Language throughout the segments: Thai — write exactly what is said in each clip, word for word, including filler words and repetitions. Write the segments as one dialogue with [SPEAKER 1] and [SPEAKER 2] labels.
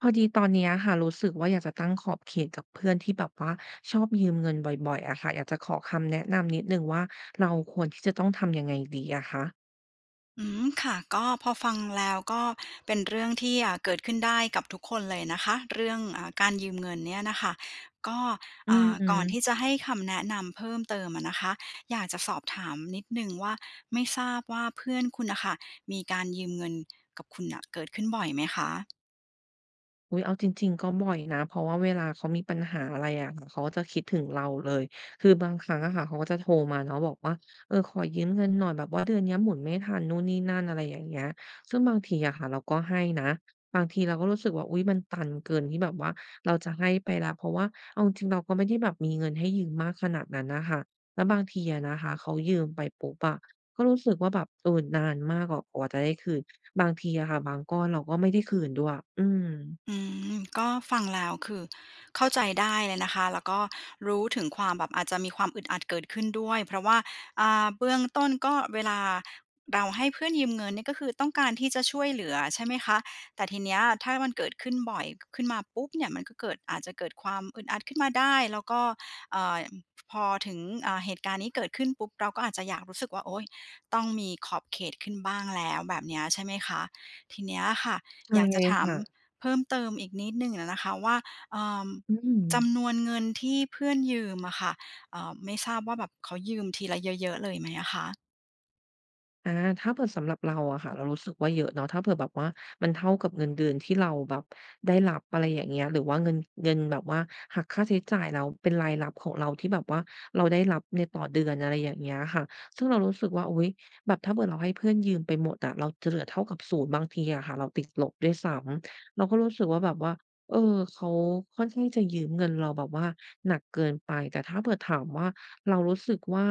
[SPEAKER 1] พอดีตอนเนี้ยค่ะรู้สึกว่าอยากจะตั้งขอบเขตกับเพื่อนที่แบบว่าชอบยืมเงินบ่อยๆอะค่ะอยากจะขอคำแนะนำนิดหนึ่งว่าเราควรที่จะต้องทำยังไงดีอะคะ
[SPEAKER 2] อืมค่ะก็พอฟังแล้วก็เป็นเรื่องที่อ่าเกิดขึ้นได้กับทุกคนเลยนะคะเรื่องอ่าการยืมเงินเนี่ยน่ะค่ะก็
[SPEAKER 1] อื
[SPEAKER 2] อ่าก่อนที่
[SPEAKER 1] ม
[SPEAKER 2] จะให้คำแนะนำเพิ่มเติมอะนะคะอยากจะสอบถามนิดหนึ่งว่าไม่ทราบว่าเพื่อนคุณน่ะค่ะมีการยืมเงินกับคุณน่ะเกิดขึ้นบ่อยไหมคะ
[SPEAKER 1] อุ๊ยเอาจริงๆก็บ่อยนะเพราะว่าเวลาเขามีปัญหาอะไรอะค่ะเขาก็จะคิดถึงเราเลยคือบางครั้งอะค่ะเขาก็จะโทรมาเนาะบอกว่าเออขอยืมเงินหน่อยแบบว่าเดือนเนี้ยหมุนไม่ทันนู่นนี่นั่นอะไรอย่างเงี้ยซึ่งบางทีอะค่ะเราก็ให้นะบางทีเราก็รู้สึกว่าอุ๊ยมันตันเกินที่แบบว่าเราจะให้ไปแล้วเพราะว่าเอาจริงๆเราก็ไม่ได้แบบมีเงินให้ยืมมากขนาดนั้นน่ะค่ะแล้วบางทีอะนะคะเขายืมไปปุ๊บอะก็รู้สึกว่าแบบเออนานมากกว่ากว่าจะได้คืนบางทีอะค่ะบางก้อนเราก็ไม่ได้คืนด้วยอืม
[SPEAKER 2] อืมก็ฟังแล้วคือเข้าใจได้เลยนะคะแล้วก็รู้ถึงความแบบอาจจะมีความอึดอัดเกิดขึ้นด้วยเพราะว่าอ่าเบื้องต้นก็เวลาเราให้เพื่อนยืมเงินเนี่ยก็คือต้องการที่จะช่วยเหลือใช่ไหมคะแต่ทีเนี้ยถ้ามันเกิดขึ้นบ่อยขึ้นมาปุ๊บเนี่ยมันก็เกิดอาจจะเกิดความอึดอัดขึ้นมาได้แล้วก็เอ่อพอถึงอ่าเหตุการณ์นี้เกิดขึ้นปุ๊บเราก็อาจจะอยากรู้สึกว่าโอ๊ยต้องมีขอบเขตขึ้นบ้างแล้วแบบเนี้ยใช่ไหมคะทีเนี้ยค่ะ
[SPEAKER 1] ใช่
[SPEAKER 2] อยากจะถาม
[SPEAKER 1] ค่ะ
[SPEAKER 2] เพิ่มเติมอีกนิดหนึ่งอะนะคะว่าเอ่อ
[SPEAKER 1] อืม
[SPEAKER 2] จำนวนเงินที่เพื่อนยืมอะค่ะเอ่อไม่ทราบว่าแบบเขายืมทีละเยอะๆเลยไหมอะคะ
[SPEAKER 1] อาถ้าเผื่อสำหรับเราอะค่ะเรารู้สึกว่าเยอะเนาะถ้าเผื่อแบบว่ามันเท่ากับเงินเดือนที่เราแบบได้รับอะไรอย่างเงี้ยหรือว่าเงินเงินแบบว่าหักค่าใช้จ่ายแล้วเป็นรายรับของเราที่แบบว่าเราได้รับในต่อเดือนอะไรอย่างเงี้ยค่ะซึ่งเรารู้สึกว่าอุ๊ยแบบถ้าเผื่อเราให้เพื่อนยืมไปหมดอะเราจะเหลือเท่ากับศูนย์บางทีอะค่ะเราติดลบด้วยซ้ำเราก็รู้สึกว่าแบบว่าเออเขาค่อนข้างจะยืมเงินเราแบบว่าหนักเกินไปแต่ถ้าเผื่อถามว่าเรารู้สึกว่า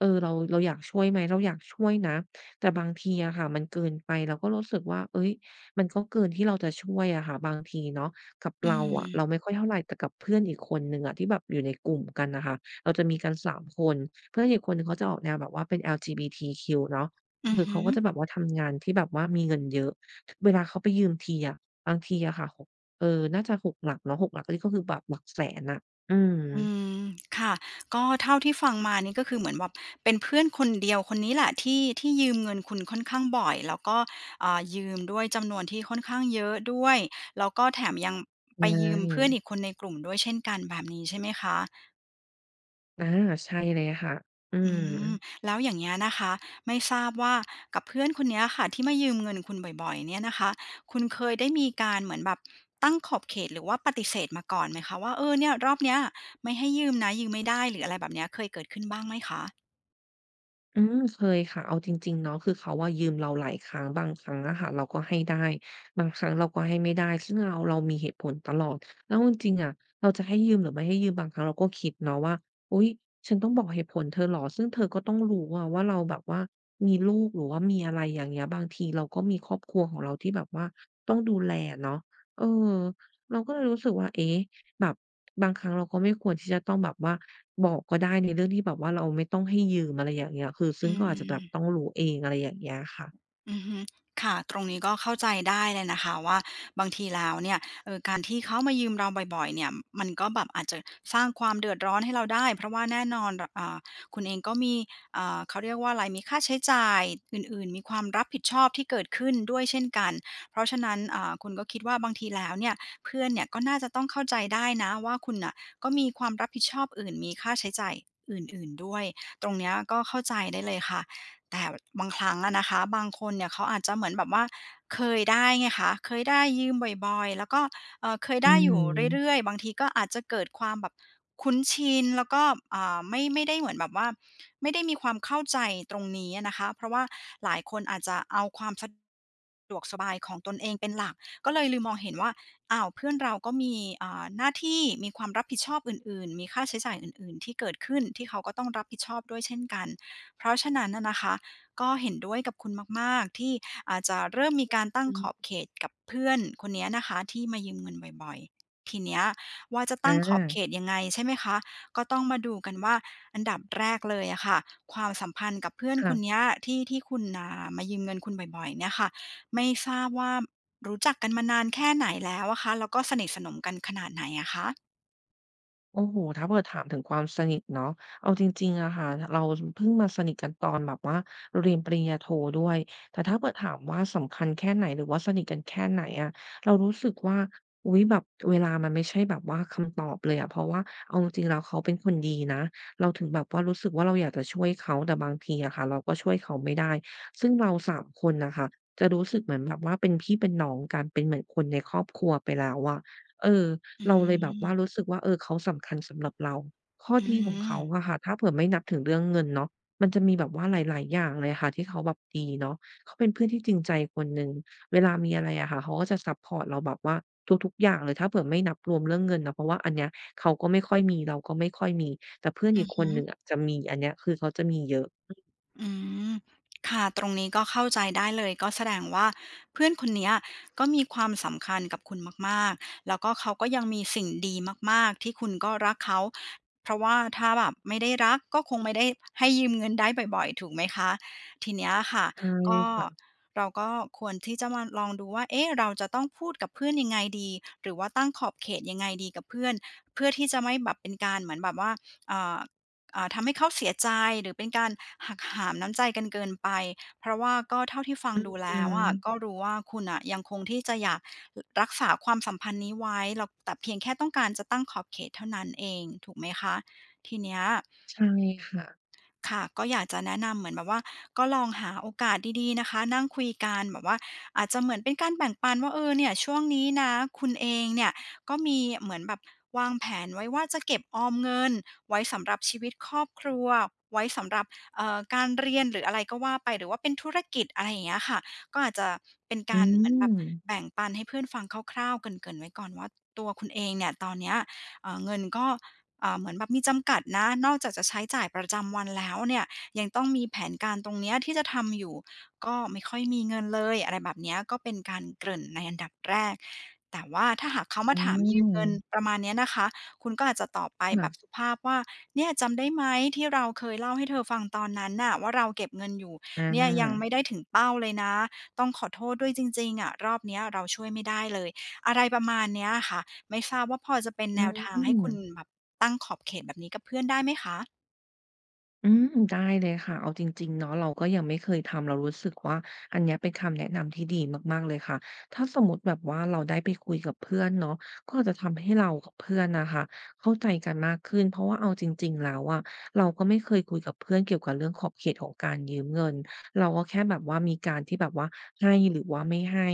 [SPEAKER 1] เออเราเราอยากช่วยไหมเราอยากช่วยนะ แต่บางทีอะค่ะมันเกินไปเราก็รู้สึกว่าเฮ้ยมันก็เกินที่เราจะช่วยอะค่ะบางทีเนาะกับ
[SPEAKER 2] อื
[SPEAKER 1] เราอะเราไม่
[SPEAKER 2] ม
[SPEAKER 1] ค่อยเท่าไรแต่กับเพื่อนอีกคนหนึ่งอะที่แบบอยู่ในกลุ่มกันน่ะค่ะเราจะมีกันสามคนเพื่อนอีกคนหนึ่งเขาจะออกแนวแบบว่าเป็น แอล จี บี ที คิว เนาะ
[SPEAKER 2] อือ
[SPEAKER 1] คือ
[SPEAKER 2] ฮึ
[SPEAKER 1] เขาก็จะแบบว่าทำงานที่แบบว่ามีเงินเยอะเวลาเขาไปยืมทีอะบางทีอะค่ะ6เออน่าจะหกหลักเนาะหกหลักนี่ก็คือแบบหลักแสนน่ะอืม
[SPEAKER 2] อืมค่ะก็เท่าที่ฟังมานี่ก็คือเหมือนแบบเป็นเพื่อนคนเดียวคนนี้แหละที่ที่ยืมเงินคุณค่อนข้างบ่อยแล้วก็อ่ายืมด้วยจำนวนที่ค่อนข้างเยอะด้วยแล้วก็แถมยังไป
[SPEAKER 1] ใช่
[SPEAKER 2] ยืมเพื่อนอีกคนในกลุ่มด้วยเช่นกันแบบนี้ใช่ไหมคะ
[SPEAKER 1] อาใช่เลยค่ะอื
[SPEAKER 2] อื
[SPEAKER 1] ม
[SPEAKER 2] มแล้วอย่างเงี้ยนะคะไม่ทราบว่ากับเพื่อนคนเนี้ยค่ะที่มายืมเงินคุณบ่อยๆเนี่ยนะคะคุณเคยได้มีการเหมือนแบบตั้งขอบเขตหรือว่าปฏิเสธมาก่อนไหมคะว่าเออเนี่ยรอบเนี้ยไม่ให้ยืมนะยืมไม่ได้หรืออะไรแบบเนี้ยเคยเกิดขึ้นบ้างไหมคะ
[SPEAKER 1] อืมเคยค่ะเอาจริงๆเนาะคือเขาอะยืมเราหลายครั้งบางครั้งอะค่ะเราก็ให้ได้บางครั้งเราก็ให้ไม่ได้ซึ่งเราเรามีเหตุผลตลอดแล้วเอาจริงๆอะเราจะให้ยืมหรือไม่ให้ยืมบางครั้งเราก็คิดเนาะว่าอุ๊ยฉันต้องบอกเหตุผลเธอเหรอซึ่งเธอก็ต้องรู้อะว่าเราแบบว่ามีลูกหรือว่ามีอะไรอย่างเงี้ยบางทีเราก็มีครอบครัวของเราที่แบบว่าต้องดูแลอะเนาะเออเราก็เลยรู้สึกว่าเอ๊ะแบบบางครั้งเราก็ไม่ควรที่จะต้องแบบว่า บอกก็ได้ในเรื่องที่แบบว่าเราไม่ต้องให้ยืมอะไรอย่างเงี้ยคือซึ่ง
[SPEAKER 2] อื
[SPEAKER 1] ก็อาจจะแบบต้อง
[SPEAKER 2] ม
[SPEAKER 1] รู้เองอะไรอย่างเงี้ยค่ะ
[SPEAKER 2] อือฮึค่ะตรงนี้ก็เข้าใจได้เลยนะคะว่าบางทีแล้วเนี่ยเอ่อการที่เขามายืมเราบ่อยๆเนี่ยมันก็แบบอาจจะสร้างความเดือดร้อนให้เราได้เพราะว่าแน่นอนรอ่าคุณเองก็มีอ่าเขาเรียกว่าอะไรมีค่าใช้จ่ายอื่นๆมีความรับผิดชอบที่เกิดขึ้นด้วยเช่นกันเพราะฉะนั้นอ่าคุณก็คิดว่าบางทีแล้วเนี่ยเพื่อนเนี่ยก็น่าจะต้องเข้าใจได้นะว่าคุณน่ะก็มีความรับผิดชอบอื่นมีค่าใช้จ่ายอื่นๆด้วยตรงเนี้ยก็เข้าใจได้เลยค่ะ แต่บางครั้งอะนะคะบางคนเนี่ยเขาอาจจะเหมือนแบบว่าเคยได้ไงคะเคยได้ยืมบ่อยๆแล้วก็เอ่อเคย
[SPEAKER 1] อื
[SPEAKER 2] ได้อยู่เรื่
[SPEAKER 1] ม
[SPEAKER 2] อยๆบางทีก็อาจจะเกิดความแบบคุ้นชินแล้วก็อ่าไม่ไม่ได้เหมือนแบบว่าไม่ได้มีความเข้าใจตรงนี้อะนะคะเพราะว่าหลายคนอาจจะเอาความสะดวกสบายของตนเองเป็นหลักก็เลยลืมมองเห็นว่าอ้าวเพื่อนเราก็มีอ่าหน้าที่มีความรับผิดชอบอื่นๆมีค่าใช้จ่ายอื่นๆที่เกิดขึ้นที่เขาก็ต้องรับผิดชอบด้วยเช่นกันเพราะฉะนั้นน่ะนะคะ ก็เห็นด้วยกับคุณมากๆที่อาจจะเริ่มมีการตั้ง
[SPEAKER 1] อื
[SPEAKER 2] ข
[SPEAKER 1] ม
[SPEAKER 2] อบเขตกับเพื่อนคนเนี้ยนะคะที่มายืมเงินบ่อยๆทีเนี้ยว่าจะ
[SPEAKER 1] อ
[SPEAKER 2] ตั้งขอบเขต
[SPEAKER 1] า
[SPEAKER 2] ยังไงใช่ไหมคะก็ต้องมาดูกันว่าอันดับแรกเลยอะค่ะความสัมพันธ์กับเพื่อนคน
[SPEAKER 1] ค่ะ
[SPEAKER 2] เนี้ยที่ที่คุณอ่ามายืมเงินคุณบ่อยๆเนี่ยค่ะไม่ทราบว่ารู้จักกันมานานแค่ไหนแล้วอะคะแล้วก็สนิทสนมกันขนาดไหนอะคะ
[SPEAKER 1] โอ้โฮถ้าเผื่อถามถึงความสนิทเนาะเอาจริงๆอะค่ะเราเพิ่งมาสนิทกันตอนแบบว่าเราเรียนปริญญาโทด้วย แต่ถ้าเผื่อถามว่าสำคัญแค่ไหนหรือว่าสนิทกันแค่ไหนอะเรารู้สึกว่าอุ๊ยแบบเวลามันไม่ใช่แบบว่าคำตอบเลยอะเพราะว่าเอาจริงๆแล้วเขาเป็นคนดีนะเราถึงแบบว่ารู้สึกว่าเราอยากจะช่วยเขา แต่บางทีอะค่ะเราก็ช่วยเขาไม่ได้ซึ่งเราสามคนน่ะค่ะจะรู้สึกเหมือนแบบว่าเป็นพี่เป็นน้องกันเป็นเหมือนคนในครอบครัวไปแล้วอะเออ
[SPEAKER 2] อื
[SPEAKER 1] เราเลยแบบว่ารู้
[SPEAKER 2] ม
[SPEAKER 1] สึกว่าเออเขาสำคัญสำหรับเราข้อ
[SPEAKER 2] อือ
[SPEAKER 1] ดีของ
[SPEAKER 2] ฮึ
[SPEAKER 1] เขาอะค่ะถ้าเผื่อไม่นับถึงเรื่องเงินเนาะมันจะมีแบบว่าหลายๆอย่างเลยค่ะที่เขาแบบดีเนาะเขาเป็นเพื่อนที่จริงใจคนหนึ่งเวลามีอะไรอะค่ะเขาก็จะซัปพอร์ตเราแบบว่าทุกๆอย่างเลยถ้าเผื่อไม่นับรวมเรื่องเงินนะเพราะว่าอันเนี้ยเขาก็ไม่ค่อยมีเราก็ไม่ค่อยมีแต่เพื่อน
[SPEAKER 2] อื
[SPEAKER 1] อีก
[SPEAKER 2] อ
[SPEAKER 1] ค
[SPEAKER 2] ฮึ
[SPEAKER 1] นหนึ่งอะจะมีอันเนี้ยคือเขาจะมีเยอะ
[SPEAKER 2] อืมค่ะตรงนี้ก็เข้าใจได้เลยก็แสดงว่าเพื่อนคนเนี้ยก็มีความสำคัญกับคุณมากๆแล้วก็เขาก็ยังมีสิ่งดีมากๆที่คุณก็รักเขาเพราะว่าถ้าแบบไม่ได้รักก็คงไม่ได้ให้ยืมเงินได้บ่อยๆถูกไหมคะทีเนี้ยค่ะ
[SPEAKER 1] ใช่
[SPEAKER 2] ก็
[SPEAKER 1] ค่ะ
[SPEAKER 2] เราก็ควรที่จะมาลองดูว่าเอ๊ะเราจะต้องพูดกับเพื่อนยังไงดีหรือว่าตั้งขอบเขตยังไงดีกับเพื่อนเพื่อที่จะไม่แบบเป็นการเหมือนแบบว่าเอ่อ อ่าทำให้เขาเสียใจหรือเป็นการหักหามน้ำใจกันเกินไปเพราะว่าก็เท่าที่ฟัง
[SPEAKER 1] อือ
[SPEAKER 2] ดู
[SPEAKER 1] ฮึ
[SPEAKER 2] แล้วอะก็รู้ว่าคุณอ่ะยังคงที่จะอยากรรักษาความสัมพันธ์นี้ไว้แล้วแต่เพียงแค่ต้องการจะตั้งขอบเขตเท่านั้นเองถูกไหมคะทีเนี้ย
[SPEAKER 1] ใช่ค่ะ
[SPEAKER 2] ค่ะก็อยากจะแนะนำเหมือนแบบว่าก็ลองหาโอกาสดีๆนะคะนั่งคุยกันแบบว่าอาจจะเหมือนเป็นการแบ่งปันว่าเออเนี่ยช่วงนี้นะคุณเองเนี่ยก็มีเหมือนแบบวางแผนไว้ว่าจะเก็บออมเงินไว้สำหรับชีวิตครอบครัวไว้สำหรับเอ่อการเรียนหรืออะไรก็ว่าไปหรือว่าเป็นธุรกิจอะไรอย่างเงี้ยค่ะก็อาจจะเป็น
[SPEAKER 1] อื
[SPEAKER 2] การเหมือนแบบ
[SPEAKER 1] ม
[SPEAKER 2] แบ่งปันให้เพื่อนฟังคร่าวๆเกริ่นๆไว้ก่อนว่าตัวคุณเองเนี่ยตอนเนี้ยเอ่อเงินก็ อ่าเหมือนแบบมีจำกัดนะนอกจากจะใช้จ่ายประจำวันแล้วเนี่ยยังต้องมีแผนการตรงเนี้ยที่จะทำอยู่ก็ไม่ค่อยมีเงินเลยอะไรแบบเนี้ยก็เป็นการเกริ่นในอันดับแรกแต่ว่าถ้าหากเขามา
[SPEAKER 1] อ๋
[SPEAKER 2] ถามยืมเงิ
[SPEAKER 1] อ
[SPEAKER 2] นประมาณเนี้ยนะคะคุณก็อาจจะตอบไปแบบ
[SPEAKER 1] ค่ะ
[SPEAKER 2] สุภาพว่าเนี่ยจำได้ไหมที่เราเคยเล่าให้เธอฟังตอนนั้นน่ะว่าเราเก็บเงินอยู่
[SPEAKER 1] อ
[SPEAKER 2] เนี่ยยังไม่
[SPEAKER 1] า
[SPEAKER 2] ได้ถึงเป้าเลยนะต้องขอโทษด้วยจริงๆอะรอบเนี้ยเราช่วยไม่ได้เลยอะไรประมาณเนี้ยค่ะ ไม่ทราบว่าพอจะเป็น
[SPEAKER 1] อื
[SPEAKER 2] แน
[SPEAKER 1] ม
[SPEAKER 2] วทางให้คุณแบบตั้งขอบเขตแบบนี้กับเพื่อนได้ไหมคะ
[SPEAKER 1] อืมได้เลยค่ะเอาจริงๆเนาะเราก็ยังไม่เคยทำเรารู้สึกว่าอันเนี้ยเป็นคำแนะนำที่ดีมากๆเลยค่ะถ้าสมมุติแบบว่าเราได้ไปคุยกับเพื่อนเนาะก็อาจจะทำให้เรากับเพื่อนน่ะค่ะเข้าใจกันมากขึ้นเพราะว่าเอาจริงๆแล้วอะเราก็ไม่เคยคุยกับเพื่อนเกี่ยวกับเรื่องขอบเขตของการยืมเงินเราก็แค่แบบว่ามีการที่แบบว่าให้หรือว่าไม่ให้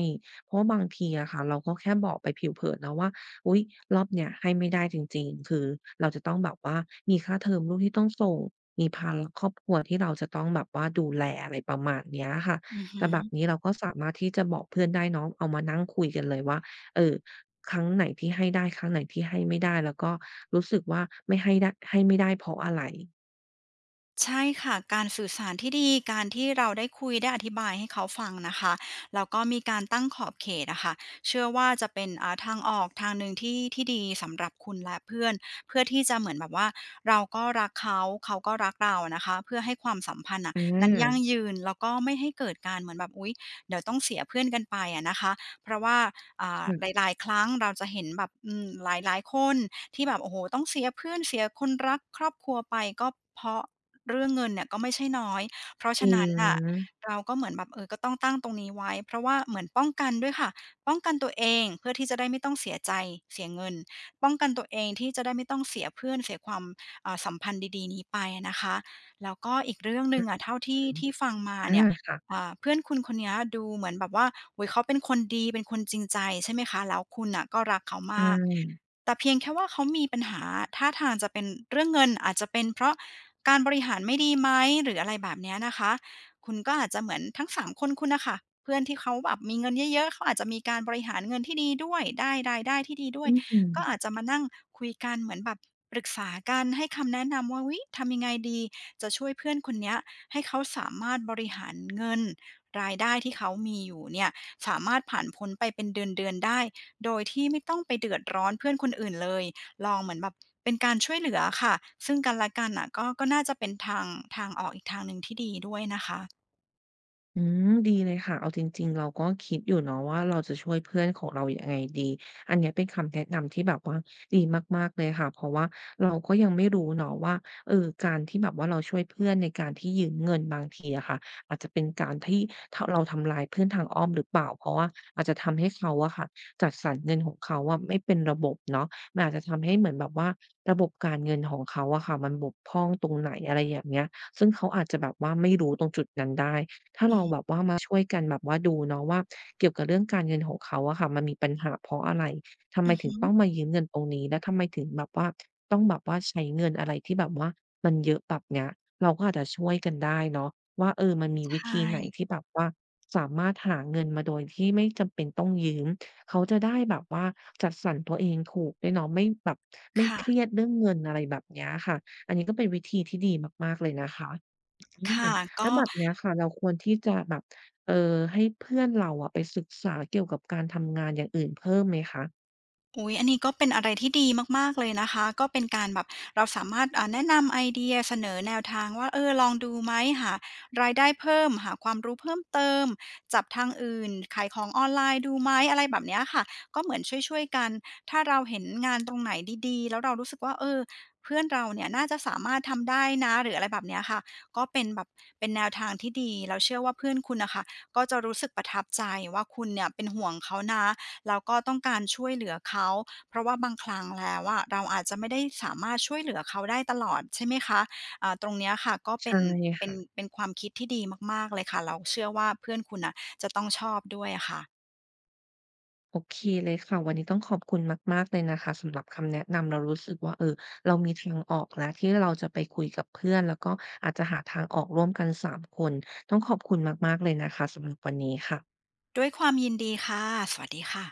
[SPEAKER 1] เพราะว่าบางทีอะค่ะเราก็แค่บอกไปผิวเผินนะว่าอุ๊ยรอบเนี้ยให้ไม่ได้จริงๆคือเราจะต้องแบบว่ามีค่าเทอมลูกที่ต้องส่ง มีภาระครอบครัวที่เราจะต้องแบบว่าดูแลอะไรประมาณเนี้ยค่ะ
[SPEAKER 2] อือฮึ
[SPEAKER 1] แต่แบบนี้เราก็สามารถที่จะบอกเพื่อนได้เนาะเอามานั่งคุยกันเลยว่าเอ่อครั้งไหนที่ให้ได้ครั้งไหนที่ให้ไม่ได้แล้วก็รู้สึกว่าไม่ให้ได้ให้ไม่ได้เพราะอะไร
[SPEAKER 2] ใช่ค่ะการสื่อสารที่ดีการที่เราได้คุยได้อธิบายให้เขาฟังนะคะแล้วก็มีการตั้งขอบเขตอะค่ะเชื่อว่าจะเป็นอ่าทางออกทางหนึ่งที่ที่ดีสำหรับคุณและเพื่อนเพื่อที่จะเหมือนแบบว่าเราก็รักเขาเขาก็รักเรานะคะเพื่อให้ความสัมพันธ์น่ะ
[SPEAKER 1] อ
[SPEAKER 2] นั้นยั่ง
[SPEAKER 1] า
[SPEAKER 2] ยืนแล้วก็ไม่ให้เกิดการเหมือนแบบอุ๊ยเดี๋ยวต้องเสียเพื่อนกันไปอะนะคะเพราะว่าอ่าห
[SPEAKER 1] ค่ะ
[SPEAKER 2] ลายๆครั้งเราจะเห็นแบบอืมหลายๆคนที่แบบโอ้โหต้องเสียเพื่อนเสียคนรักครอบครัวไปก็เพราะ เรื่องเงินเนี่ยก็ไม่ใช่น้อย เพราะ
[SPEAKER 1] จ
[SPEAKER 2] ฉะ
[SPEAKER 1] ริ
[SPEAKER 2] นั้น
[SPEAKER 1] ง
[SPEAKER 2] น่ะเราก็เหมือนแบบเออก็ต้องตั้งตรงนี้ไว้เพราะว่าเหมือนป้องกันด้วยค่ะป้องกันตัวเองเพื่อที่จะได้ไม่ต้องเสียใจเสียเงินป้องกันตัวเองที่จะได้ไม่ต้องเสียเพื่อนเสียความอ่าสัมพันธ์ดีๆนี้ไปอะนะคะแล้วก็อีกเรื่องหนึ่งอะ
[SPEAKER 1] อื
[SPEAKER 2] เท่าที่ที่ฟังมา
[SPEAKER 1] ออา
[SPEAKER 2] เนี่ย
[SPEAKER 1] ค่ะ
[SPEAKER 2] อ่าเพื่อนคุณคนเนี้ยดูเหมือนแบบว่าโอ้โฮเขาเป็นคนดีเป็นคนจริงใจใช่ไหมคะแล้วคุณน่ะก็รักเขา
[SPEAKER 1] ใช
[SPEAKER 2] มาก
[SPEAKER 1] ่
[SPEAKER 2] แต่เพียงแค่ว่าเขามีปัญหาท่าทางจะเป็นเรื่องเงินอาจจะเป็นเพราะ การบริหารไม่ดีไหมหรืออะไรแบบเนี้ยนะคะคุณก็อาจจะเหมือนทั้งสามคนคุณน่ะค่ะเพื่อนที่เขาแบบมีเงินเยอะๆเขาอาจจะมีการบริหารเงินที่ดีด้วยได้รายได้ที่ดีด้ว
[SPEAKER 1] อื
[SPEAKER 2] ย
[SPEAKER 1] ม
[SPEAKER 2] ก็อาจจะมานั่งคุยกันเหมือนแบบปรึกษากันให้คำแนะนำว่าอุ๊ยทำยังไงดีจะช่วยเพื่อนคนเนี้ยให้เขาสามารถบริหารเงินรายได้ที่เขามีอยู่เนี่ยสามารถผ่านพ้นไปเป็นเดือนๆได้โดยที่ไม่ต้องไปเดือดร้อนเพื่อนคนอื่นเลย ลองเหมือนแบบเป็นการช่วยเหลือค่ะซึ่งกันและกันน่ะก็ก็น่าจะเป็นทางทางออกอีกทางหนึ่งที่ดีด้วยนะคะ
[SPEAKER 1] อืมดีเลยค่ะเอาจริงๆเราก็คิดอยู่เนาะว่าเราจะช่วยเพื่อนของเรายังไงดี อันเนี้ยเป็นคำแนะนำที่แบบว่าดีมากๆเลยค่ะ เพราะว่าเราก็ยังไม่รู้เนาะว่าเออการที่แบบว่าเราช่วยเพื่อนในการที่ยืมเงินบางทีอะค่ะอาจจะเป็นการที่ทเราทำลายเพื่อนทางอ้อมหรือเปล่า เพราะว่าอาจจะทำให้เขาอะค่ะจัดสรรเงินของเขาอะไม่เป็นระบบเนาะมันอาจจะทำให้เหมือนแบบว่าระบบการเงินของเขาอะค่ะมันบกพร่องตรงไหนอะไรอย่างเงี้ยซึ่งเขาอาจจะแบบว่าไม่รู้ตรงจุดนั้นได้ ถ้า
[SPEAKER 2] อื
[SPEAKER 1] เรา
[SPEAKER 2] ม
[SPEAKER 1] แบบว่ามาช่วยกันแบบว่าดูเนาะว่าเกี่ยวกับเรื่องการเงินของเขาอะค่ะมันมีปัญหาเพราะอะไรทำไม
[SPEAKER 2] อือ
[SPEAKER 1] ถึง
[SPEAKER 2] ฮึ
[SPEAKER 1] ต้องมายืมเงินตรงนี้แล้วทำไมถึงแบบว่าต้องแบบว่าใช้เงินอะไรที่แบบว่ามันเยอะแบบเนี้ยเราก็อาจจะช่วยกันได้เนาะว่าเออมันมี
[SPEAKER 2] ใช
[SPEAKER 1] วิธีไหน
[SPEAKER 2] ่
[SPEAKER 1] ที่แบบว่าสามารถหาเงินมาโดยที่ไม่จำเป็นต้องยืมเขาจะได้แบบว่าจัดสรรตัวเองถูกด้วยเนาะไม่แบบไม่เครี
[SPEAKER 2] ค่ะ
[SPEAKER 1] ยดเรื่องเงินอะไรแบบเนี้ยค่ะอันนี้ก็เป็นวิธีที่ดีมากๆเลยนะคะ อืม
[SPEAKER 2] ค่ะ
[SPEAKER 1] แล้ว
[SPEAKER 2] ก็
[SPEAKER 1] แบบเนี้ยค่ะเราควรที่จะแบบเอ่อให้เพื่อนเราอะไปศึกษาเกี่ยวกับการทำงานอย่างอื่นเพิ่มไหมคะ
[SPEAKER 2] อุ๊ยอันนี้ก็เป็นอะไรที่ดีมากๆเลยนะคะ ก็เป็นการแบบเราสามารถอ่าแนะนำไอเดียเสนอแนวทางว่าเออลองดูไหมหารายได้เพิ่มหาความรู้เพิ่มเติมจับทางอื่นขายของออนไลน์ดูไหมอะไรแบบเนี้ยค่ะก็เหมือนช่วยๆกันถ้าเราเห็นงานตรงไหนดีๆแล้วเรารู้สึกว่าเออเพื่อนเราเนี่ยน่าจะสามารถทำได้นะหรืออะไรแบบเนี้ยค่ะก็เป็นแบบเป็นแนวทางที่ดีเราเชื่อว่าเพื่อนคุณน่ะค่ะก็จะรู้สึกประทับใจว่าคุณเนี่ยเป็นห่วงเขานะ แล้วก็ต้องการช่วยเหลือเขาเพราะว่าบางครั้งแล้วอะเราอาจจะไม่ได้สามารถช่วยเหลือเขาได้ตลอดใช่ไหมคะอ่าตรงเนี้ยค่ะก็เป็
[SPEAKER 1] ใช่
[SPEAKER 2] นเป็น
[SPEAKER 1] ค่ะ
[SPEAKER 2] เป็นความคิดที่ดีมากๆเลยค่ะเราเชื่อว่าเพื่อนคุณน่ะจะต้องชอบด้วยอะค่ะ
[SPEAKER 1] โอเคเลยค่ะวันนี้ต้องขอบคุณมากๆเลยนะคะสำหรับคำแนะนำเรารู้สึกว่าเออเรามีทางออกแล้วที่เราจะไปคุยกับเพื่อนแล้วก็อาจจะหาทางออกร่วมกันสามคนต้องขอบคุณมากๆเลยนะคะสำหรับวันนี้ค่ะ
[SPEAKER 2] ด้วยความยินดีค่ะสวัสดีค่ะ